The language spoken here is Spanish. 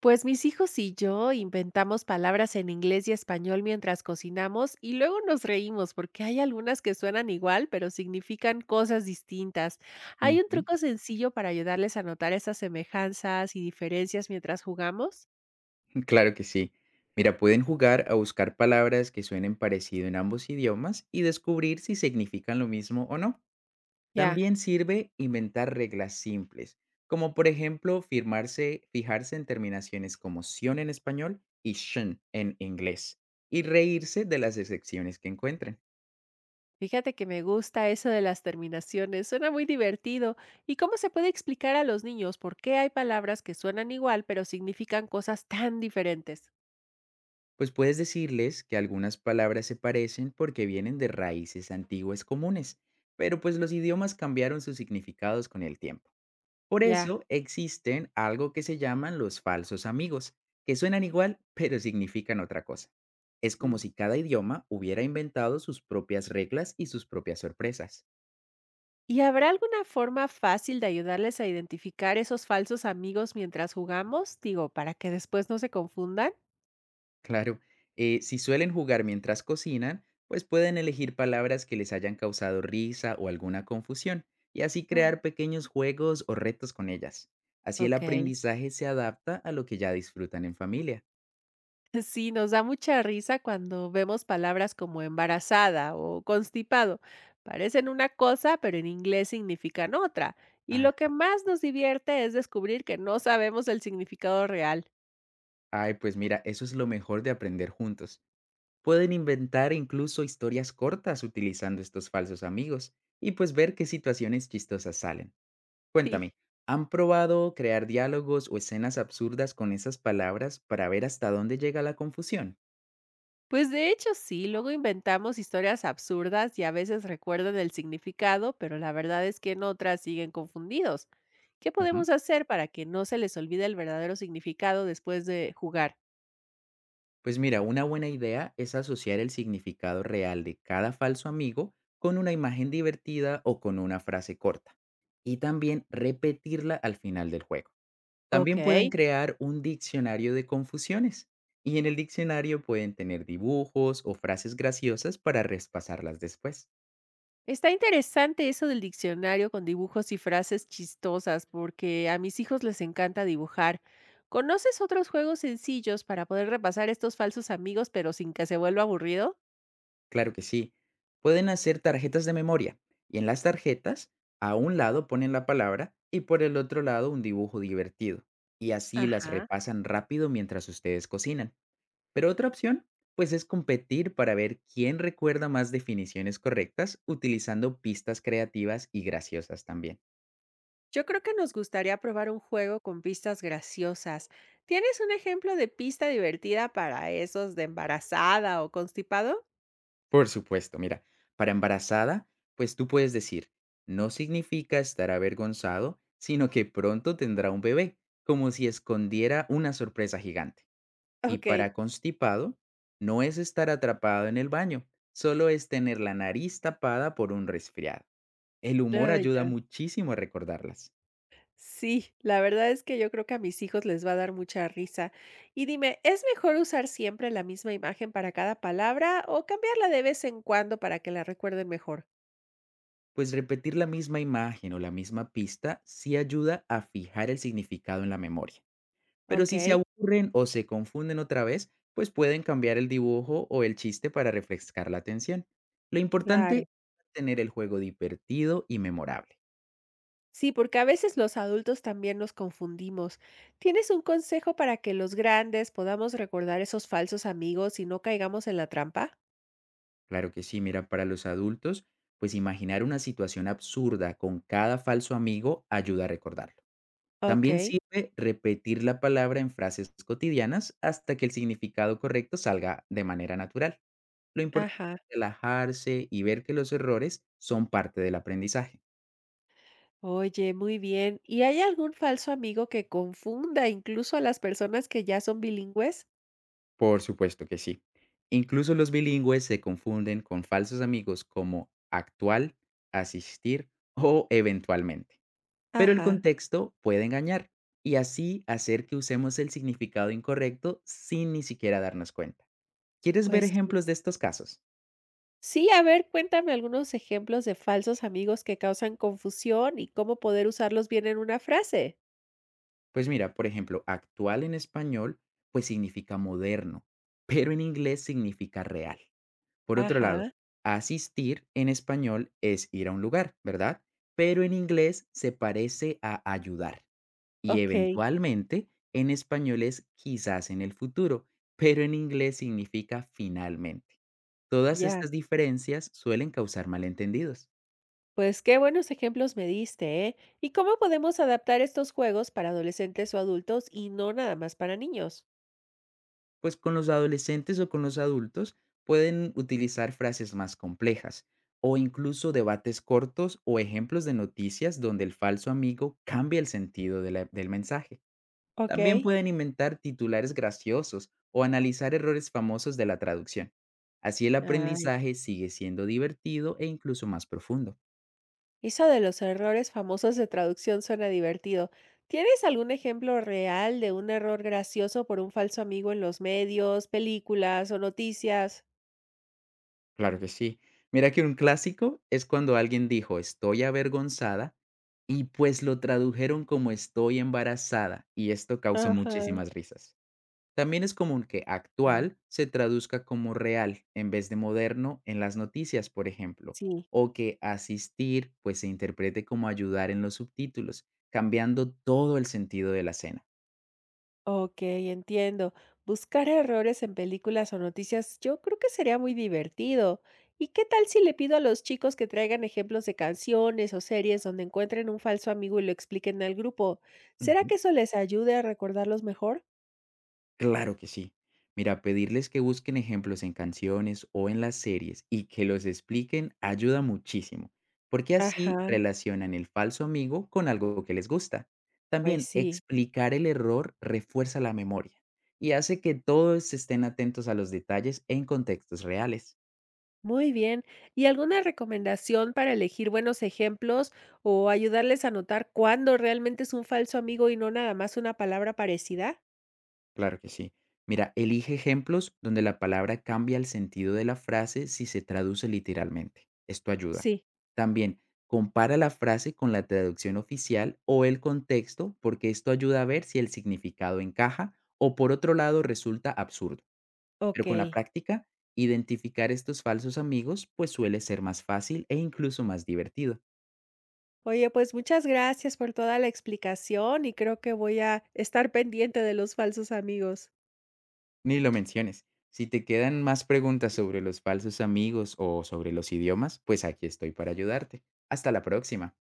Pues mis hijos y yo inventamos palabras en inglés y español mientras cocinamos y luego nos reímos porque hay algunas que suenan igual pero significan cosas distintas. ¿Hay un Ujú, truco sencillo para ayudarles a notar esas semejanzas y diferencias mientras jugamos? claro que sí. Mira, pueden jugar a buscar palabras que suenen parecido en ambos idiomas y descubrir si significan lo mismo o no. Ya, También sirve inventar reglas simples, como por ejemplo firmarse, fijarse en terminaciones como sion en español y shen en inglés, y reírse de las excepciones que encuentren. fíjate que me gusta eso de las terminaciones, suena muy divertido. ¿Y cómo se puede explicar a los niños por qué hay palabras que suenan igual pero significan cosas tan diferentes? Pues puedes decirles que algunas palabras se parecen porque vienen de raíces antiguas comunes, pero pues los idiomas cambiaron sus significados con el tiempo. Por Ya. eso existen algo que se llaman los falsos amigos, que suenan igual pero significan otra cosa. Es como mm. si cada idioma hubiera inventado sus propias reglas y sus propias sorpresas. ¿Y habrá alguna forma fácil de ayudarles a identificar esos falsos amigos mientras jugamos? Digo, para que después no se confundan. Claro, si suelen jugar mientras cocinan, pues pueden elegir palabras que les hayan causado risa o alguna confusión, y así Mm. crear pequeños juegos o retos con ellas. Así el Ok. aprendizaje se adapta a lo que ya disfrutan en familia. Sí, nos da mucha risa cuando vemos palabras como embarazada o constipado. Parecen una cosa, pero en inglés significan otra. Y lo que Ah, más nos divierte es descubrir que no sabemos el significado real. ay, pues mira, eso es lo mejor de aprender juntos. Pueden inventar incluso historias cortas utilizando estos falsos amigos y pues ver qué situaciones chistosas salen. Sí. Cuéntame, ¿han probado crear diálogos o escenas absurdas con esas palabras para ver hasta dónde llega la confusión? Pues de hecho sí, luego inventamos historias absurdas y a veces recuerdan el significado, pero la verdad es que en otras siguen confundidos. ¿Qué Ujú. podemos hacer para que no se les olvide el verdadero significado después de jugar? Pues mira, una buena idea es asociar el significado real de cada falso amigo con una imagen divertida o con una frase corta, y también repetirla al final del juego. También Ok. pueden crear un diccionario de confusiones, y en el diccionario pueden tener dibujos o frases graciosas para repasarlas después. Está interesante eso del diccionario con dibujos y frases chistosas, porque a mis hijos les encanta dibujar. ¿Conoces otros juegos sencillos para poder repasar estos falsos amigos, pero sin que se vuelva aburrido? Claro que sí. Pueden hacer tarjetas de memoria, y en las tarjetas, a un lado ponen la palabra y por el otro lado un dibujo divertido, y así las Ajá. repasan rápido mientras ustedes cocinan. Pero otra opción pues es competir para ver quién recuerda más definiciones correctas utilizando pistas creativas y graciosas también. Yo creo que nos gustaría probar un juego con pistas graciosas. ¿Tienes un ejemplo de pista divertida para esos de embarazada o constipado? Por supuesto, mira, para embarazada, pues tú puedes decir, no significa estar avergonzado, sino que pronto tendrá un bebé, como si escondiera una sorpresa gigante. Y Ok. para constipado, no es estar atrapado en el baño, solo es tener la nariz tapada por un resfriado. El humor Ah, ayuda ya. muchísimo a recordarlas, Sí, la verdad es que yo creo que a mis hijos les va a dar mucha risa. Y dime, ¿es mejor usar siempre la misma imagen para cada palabra o cambiarla de vez en cuando para que la recuerden mejor? pues repetir la misma imagen o la misma pista sí ayuda a fijar el significado en la memoria. Pero Ok, si se aburren o se confunden otra vez, pues pueden cambiar el dibujo o el chiste para refrescar la atención. Lo importante claro. es tener el juego divertido y memorable. Sí, porque a veces los adultos también nos confundimos. ¿Tienes un consejo para que los grandes podamos recordar esos falsos amigos y no caigamos en la trampa? Claro que sí, mira, para los adultos, pues imaginar una situación absurda con cada falso amigo ayuda a recordarlo. Ok, También sirve repetir la palabra en frases cotidianas hasta que el significado correcto salga de manera natural. Lo importante ajá. es relajarse y ver que los errores son parte del aprendizaje. Oye, muy bien. ¿Y hay algún falso amigo que confunda incluso a las personas que ya son bilingües? Por supuesto que sí. Incluso los bilingües se confunden con falsos amigos como actual, asistir o eventualmente. Pero el Ajá, contexto puede engañar y así hacer que usemos el significado incorrecto sin ni siquiera darnos cuenta. ¿Quieres ver pues sí. ejemplos de estos casos? Sí, a ver, cuéntame algunos ejemplos de falsos amigos que causan confusión y cómo poder usarlos bien en una frase. Pues mira, por ejemplo, actual en español pues significa moderno, pero en inglés significa real. Por otro lado, Ajá, asistir en español es ir a un lugar, ¿verdad? Pero en inglés se parece a ayudar, y ok, eventualmente en español es quizás en el futuro, pero en inglés significa finalmente. Todas ya. estas diferencias suelen causar malentendidos, Pues qué buenos ejemplos me diste, ¿eh? ¿Y cómo podemos adaptar estos juegos para adolescentes o adultos y no nada más para niños? pues con los adolescentes o con los adultos pueden utilizar frases más complejas o incluso debates cortos o ejemplos de noticias donde el falso amigo cambia el sentido de del mensaje. También Ok. pueden inventar titulares graciosos o analizar errores famosos de la traducción. Así el Ay, aprendizaje sigue siendo divertido e incluso más profundo. eso de los errores famosos de traducción suena divertido. ¿Tienes algún ejemplo real de un error gracioso por un falso amigo en los medios, películas o noticias? Claro que sí. Mira que un clásico es cuando alguien dijo estoy avergonzada y pues lo tradujeron como estoy embarazada y esto causó Ajá. muchísimas risas. También es común que Ah, actual se traduzca como real en vez de moderno en las noticias, por ejemplo, sí. o que asistir pues se interprete como ayudar en los subtítulos, cambiando todo el sentido de la cena. Ok, entiendo. Buscar errores en películas o noticias, yo creo que sería muy divertido. ¿Y qué tal si le pido a los chicos que traigan ejemplos de canciones o series donde encuentren un falso amigo y lo expliquen al grupo? ¿Será que eso les ayude a recordarlos mejor? Claro que sí. Mira, pedirles que busquen ejemplos en canciones o en las series y que los expliquen ayuda muchísimo, porque así Ajá, relacionan el falso amigo con algo que les gusta. pues También sí. explicar el error refuerza la memoria y hace que todos estén atentos a los detalles en contextos reales. Muy bien. ¿Y alguna recomendación para elegir buenos ejemplos o ayudarles a notar cuándo realmente es un falso amigo y no nada más una palabra parecida? Claro que sí. Mira, elige ejemplos donde la palabra cambia el sentido de la frase si se traduce literalmente. Esto ayuda. Sí, También, compara la frase con la traducción oficial o el contexto porque esto ayuda a ver si el significado encaja o por otro lado resulta absurdo. Pero ok. con la práctica, identificar estos falsos amigos pues suele ser más fácil e incluso más divertido. Oye, pues muchas gracias por toda la explicación y creo que voy a estar pendiente de los falsos amigos. Ni lo menciones. Si te quedan más preguntas sobre los falsos amigos o sobre los idiomas, pues aquí estoy para ayudarte. Hasta la próxima.